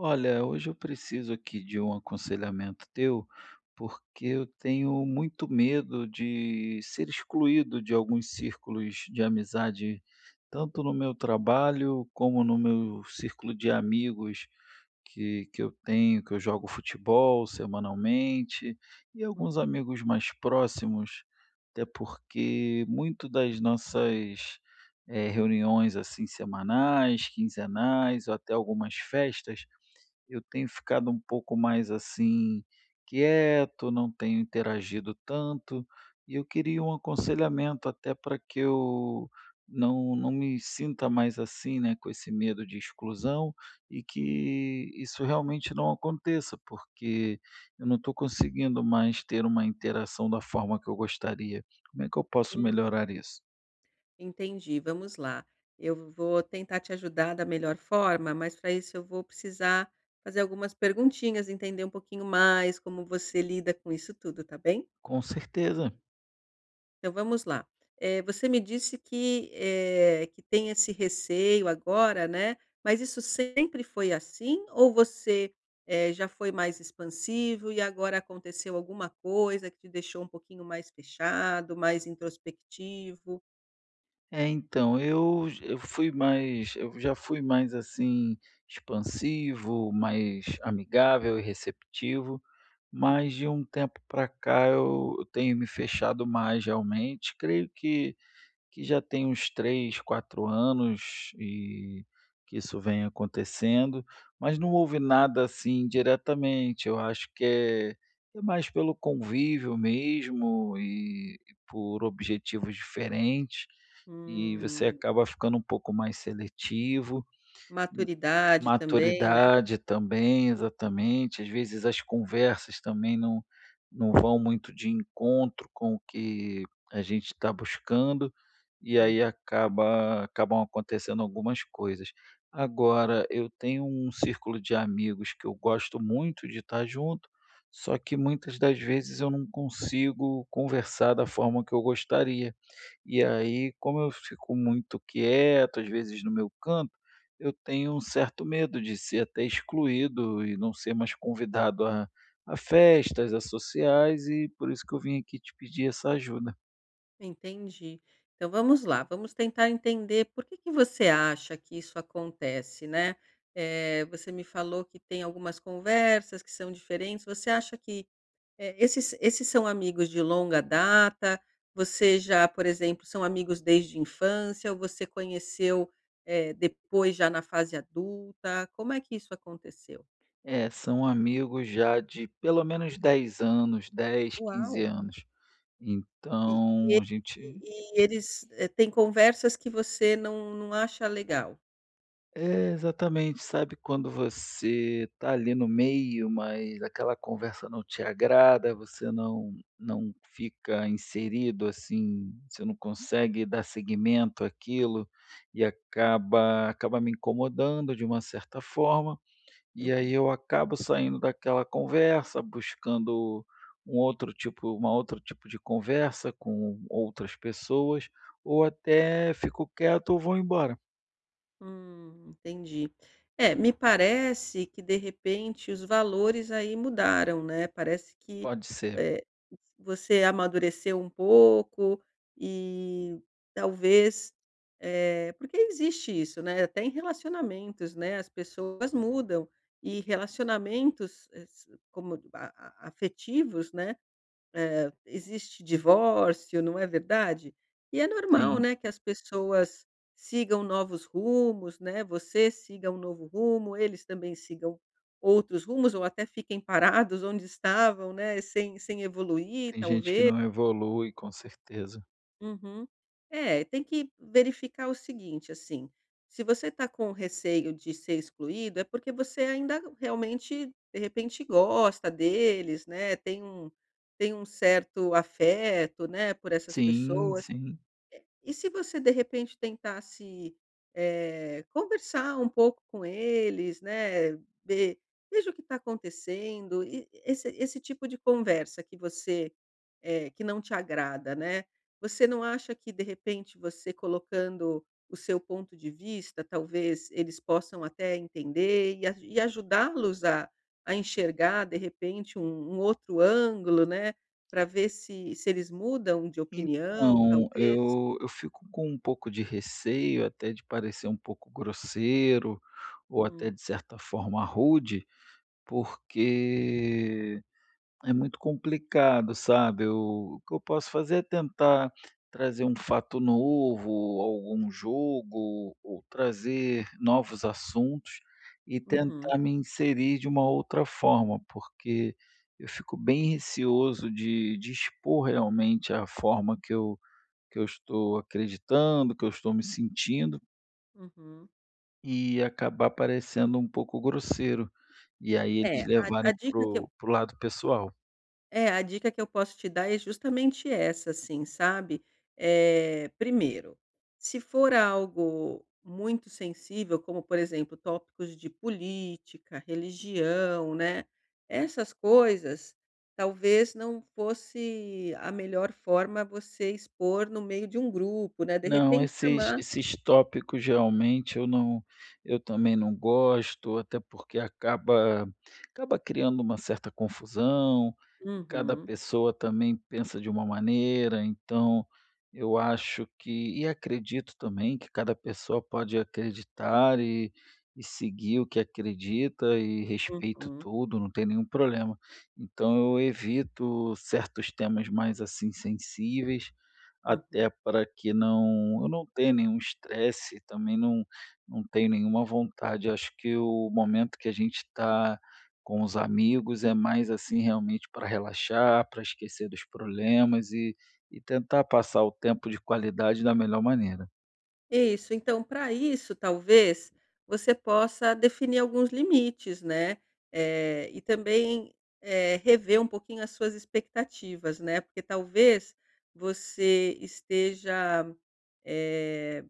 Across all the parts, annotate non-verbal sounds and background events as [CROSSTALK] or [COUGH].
Olha, hoje eu preciso aqui de um aconselhamento teu, porque eu tenho muito medo de ser excluído de alguns círculos de amizade, tanto no meu trabalho como no meu círculo de amigos que eu tenho, que eu jogo futebol semanalmente, e alguns amigos mais próximos, até porque muito das nossas reuniões assim semanais, quinzenais, ou até algumas festas eu tenho ficado um pouco mais, assim, quieto, não tenho interagido tanto, e eu queria um aconselhamento até para que eu não me sinta mais assim, né, com esse medo de exclusão e que isso realmente não aconteça, porque eu não estou conseguindo mais ter uma interação da forma que eu gostaria. Como é que eu posso Uhum. melhorar isso? Entendi, vamos lá. Eu vou tentar te ajudar da melhor forma, mas para isso eu vou precisar fazer algumas perguntinhas, entender um pouquinho mais como você lida com isso tudo, tá bem? Com certeza. Então vamos lá. Você me disse que, que tem esse receio agora, né? Mas isso sempre foi assim? Ou você, já foi mais expansivo e agora aconteceu alguma coisa que te deixou um pouquinho mais fechado, mais introspectivo? É, então, eu já fui mais, assim, expansivo, mais amigável e receptivo, mas de um tempo pra cá eu tenho me fechado mais realmente. Creio que já tem uns 3 4 anos e que isso vem acontecendo, mas não houve nada, assim, diretamente. Eu acho que é mais pelo convívio mesmo e por objetivos diferentes. E você Hum, acaba ficando um pouco mais seletivo. maturidade também, né. Maturidade também, exatamente. Às vezes as conversas também não vão muito de encontro com o que a gente está buscando, e Uhum, aí acabam acontecendo algumas coisas. Agora, eu tenho um círculo de amigos que eu gosto muito de estar junto, só que muitas das vezes eu não consigo conversar da forma que eu gostaria. E aí, como eu fico muito quieto, às vezes no meu canto, eu tenho um certo medo de ser até excluído e não ser mais convidado a festas, a sociais, e por isso que eu vim aqui te pedir essa ajuda. entendi. Então vamos lá, vamos tentar entender por que que você acha que isso acontece, né. Você me falou que tem algumas conversas que são diferentes, você acha que, esses são amigos de longa data? Você já, por exemplo, são amigos desde infância ou você conheceu, depois já na fase adulta? Como é que isso aconteceu? É, são amigos já de pelo menos dez anos, dez, quinze Uau! anos. E e Então, a e gente. e eles, têm conversas que você não acha legal? É, exatamente. Sabe quando você tá ali no meio, mas aquela conversa não te agrada, você não fica inserido, assim, você não consegue dar seguimento àquilo e acaba me incomodando de uma certa forma, e aí Uhum. eu acabo saindo daquela conversa, buscando um outro tipo uma outro tipo de conversa com outras pessoas, ou até fico quieto ou vou embora. Entendi. É, me parece que de repente os valores aí mudaram, né, parece que, Pode ser, eh, você amadureceu um pouco e talvez, porque existe isso, né, até em relacionamentos, né, as pessoas mudam e relacionamentos, eh, s como a afetivos, né, existe divórcio, não é verdade? E é normal, sim. né, que as pessoas sigam novos rumos, né, você siga um novo rumo, eles também sigam outros rumos ou até fiquem parados onde estavam, né, sem evoluir, Tem gente que talvez. não evolui, com certeza. Uhum. É, tem que verificar o seguinte, assim, se você está com receio de ser excluído, é porque você ainda realmente, de repente, gosta deles, né? Tem um certo afeto, né, por essas Sim, pessoas. sim. E se você de repente tentasse, conversar um pouco com eles, né, ver veja o que está acontecendo, e esse tipo de conversa que você, que não te agrada, né, você não acha que de repente você colocando o seu ponto de vista, talvez eles possam até entender e aju e ajudá-los a enxergar de repente um outro ângulo, né, para ver se eles mudam de opinião, Então, talvez? eu fico com um pouco de receio, até de parecer um pouco grosseiro, ou até Hum. de certa forma rude, porque é muito complicado, sabe. Eu, o que eu posso fazer é tentar trazer um fato novo, algum jogo, ou trazer novos assuntos e Uhum, tentar me inserir de uma outra forma, porque eu fico bem receoso de expor realmente a forma que eu estou acreditando, que eu estou me sentindo, uhum. e acabar parecendo um pouco grosseiro, e aí É, eles a levarem para dica que eu o lado pessoal. é, a dica que eu posso te dar é justamente essa, assim, sabe. Primeiro, se for algo muito sensível, como, por exemplo, tópicos de política, religião, né, essas coisas, talvez não fosse a melhor forma você expor no meio de um grupo, né, de Não, repente esses chamar. esses tópicos realmente eu também não gosto, até porque acaba criando uma certa confusão. Cada Uhum, pessoa também pensa de uma maneira, então eu acho que e acredito também que cada pessoa pode acreditar e seguir o que acredita e respeito uhum, tudo, não tem nenhum problema. Então eu evito certos temas mais, assim, sensíveis, uhum. até para que eu não tenha nenhum estresse, também não tenho nenhuma vontade. Acho que o momento que a gente está com os amigos é mais, assim, realmente para relaxar, para esquecer dos problemas e tentar passar o tempo de qualidade da melhor maneira. Isso, então para isso talvez você possa definir alguns limites, né, e também, rever um pouquinho as suas expectativas, né, porque talvez você esteja, eh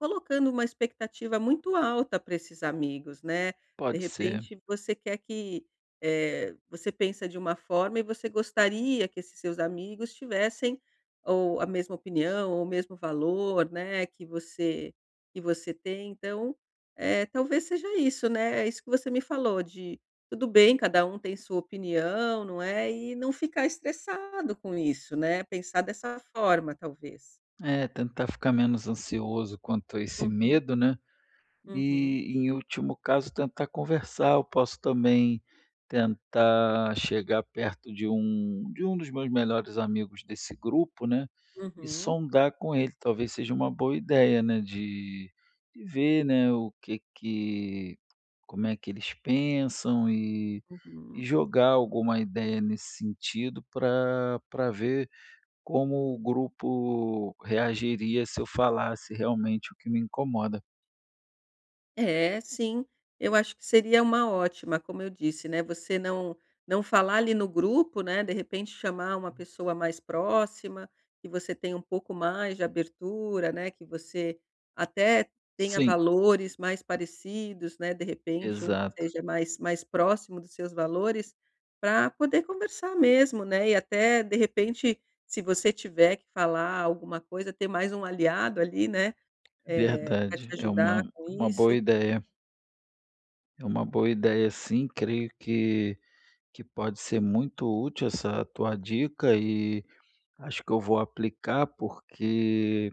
colocando uma expectativa muito alta para esses amigos, né. De Pode ser. repente você quer que, você pensa de uma forma e você gostaria que esses seus amigos tivessem ou a mesma opinião ou o mesmo valor, né, que você tem. Então, talvez seja isso, né, é isso que você me falou de tudo bem, cada um tem sua opinião, não é, e não ficar estressado com isso, né, pensar dessa forma talvez. É, tentar ficar menos ansioso quanto a esse Uhum, medo, né. uhum, E, em último caso, tentar conversar. Eu posso também tentar chegar perto de um dos meus melhores amigos desse grupo, né, e uhum. sondar com ele. Talvez seja uma boa ideia, né, de ver, né, o que que, como é que eles pensam Uhum. e jogar alguma ideia nesse sentido para ver como o grupo reagiria se eu falasse realmente o que me incomoda. É, sim. Eu acho que seria uma ótima, como eu disse, né, você não falar ali no grupo, né, de repente chamar uma pessoa mais próxima, que você tenha um pouco mais de abertura, né, que você até tenha Sim. valores mais parecidos, né, de repente um que Exato, seja mais próximo dos seus valores, para poder conversar mesmo, né, e até, de repente, se você tiver que falar alguma coisa, ter mais um aliado ali, né. Pra te verdade. É ajudar uma com uma boa isso. ideia, é uma boa ideia sim, creio que pode ser muito útil essa tua dica e acho que eu vou aplicar, porque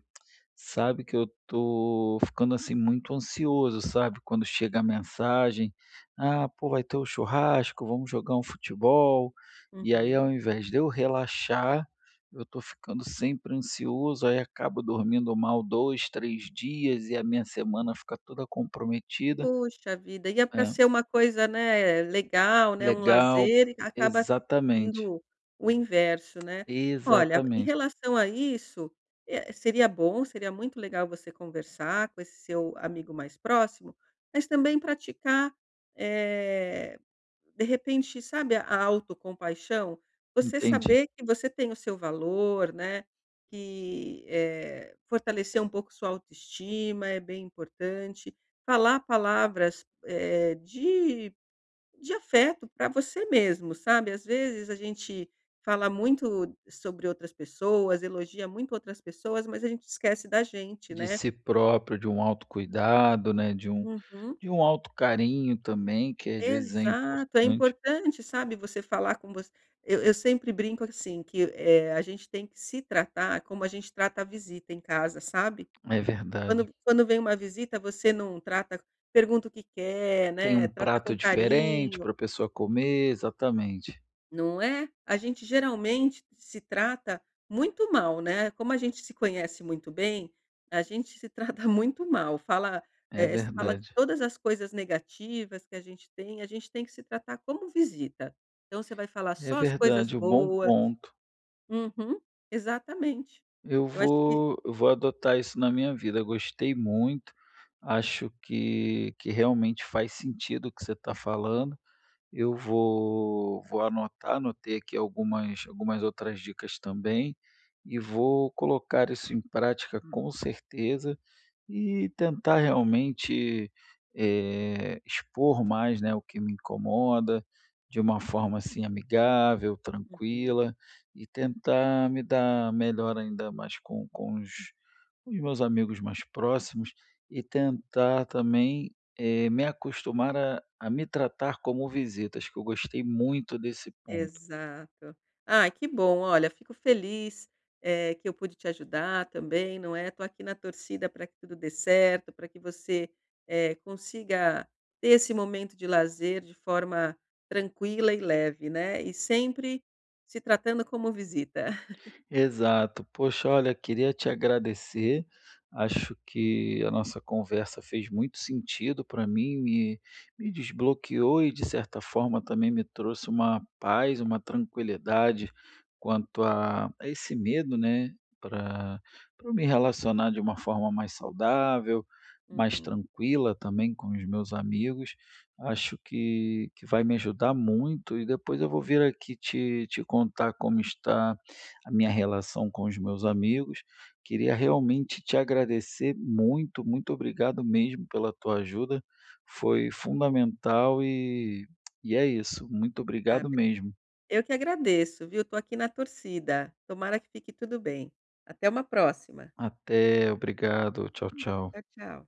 sabe que eu tô ficando, assim, muito ansioso, sabe, quando chega a mensagem: "Ah, pô, vai ter o churrasco, vamos jogar um futebol". E aí, Uhum, ao invés de eu relaxar, eu tô ficando sempre ansioso, aí acabo dormindo mal 2, 3 dias e a minha uhum. semana fica toda comprometida. Puxa vida, ia para É, ser uma coisa, né, legal, né, um legal. lazer, e acaba Exatamente, vindo o inverso, né. Olha, em exatamente. relação a isso, seria bom, seria muito legal você conversar com esse seu amigo mais próximo, mas também praticar, eh, de repente, sabe, a autocompaixão? Você Entendi. saber que você tem o seu valor, né, que, fortalecer um pouco sua autoestima é bem importante. Falar palavras, de afeto para você mesmo, sabe. Às vezes a gente fala muito sobre outras pessoas, elogia muito outras pessoas, mas a gente esquece da gente, De né. si próprio, de um autocuidado, né, de um. Uhum. E um autocarinho também, que às vezes é Exato, é importante. importante, sabe, você falar com você. Eu sempre brinco assim que, a gente tem que se tratar como a gente trata a visita em casa, sabe. É Quando verdade. quando vem uma visita, você não trata pergunta o que quer, Tem né, um trata com prato diferente carinho. para a pessoa comer, exatamente. Não é? A gente geralmente se trata muito mal, né, como a gente se conhece muito bem, a gente se trata [LAUGHS] muito mal, fala, É se fala de verdade. todas as coisas negativas que a gente tem que se tratar como visita. Então você vai falar É só as coisas verdade, um bom boas. ponto. Uhum, exatamente. Eu Eu acho que vou eu vou adotar isso na minha vida, gostei muito, acho que realmente faz sentido o que você está falando. Eu vou anotar, anotei aqui algumas outras dicas também, e vou colocar isso em prática com certeza. E tentar realmente, expor mais, né, o que me incomoda, de uma forma, assim, amigável, uhum. tranquila, e tentar me dar melhor ainda mais com os meus amigos mais próximos, e tentar também, me acostumar a me tratar como visitas, que eu gostei muito desse ponto. Exato. Ah, que bom. Olha, fico feliz, que eu pude te ajudar também, não é? Estou aqui na torcida para que tudo dê certo, para que você, consiga ter esse momento de lazer de forma tranquila e leve, né? E sempre se tratando como visita. [LAUGHS] Exato. Poxa, olha, queria te agradecer. Acho que a nossa conversa fez muito sentido para mim, me desbloqueou e, de certa forma, também me trouxe uma paz, uma tranquilidade quanto a esse medo, né, para me relacionar de uma forma mais saudável, mais Uhum. tranquila também com os meus amigos. Acho que vai me ajudar muito e depois eu vou vir aqui te contar como está a minha relação com os meus amigos. Queria realmente te agradecer muito, muito obrigado mesmo pela tua ajuda. Foi fundamental e é isso. Muito Ah, obrigado bri mesmo. eu que agradeço, viu? Estou aqui na torcida. Tomara que fique tudo bem. Até uma próxima. Até, obrigado. Tchau, tchau. Tchau, tchau.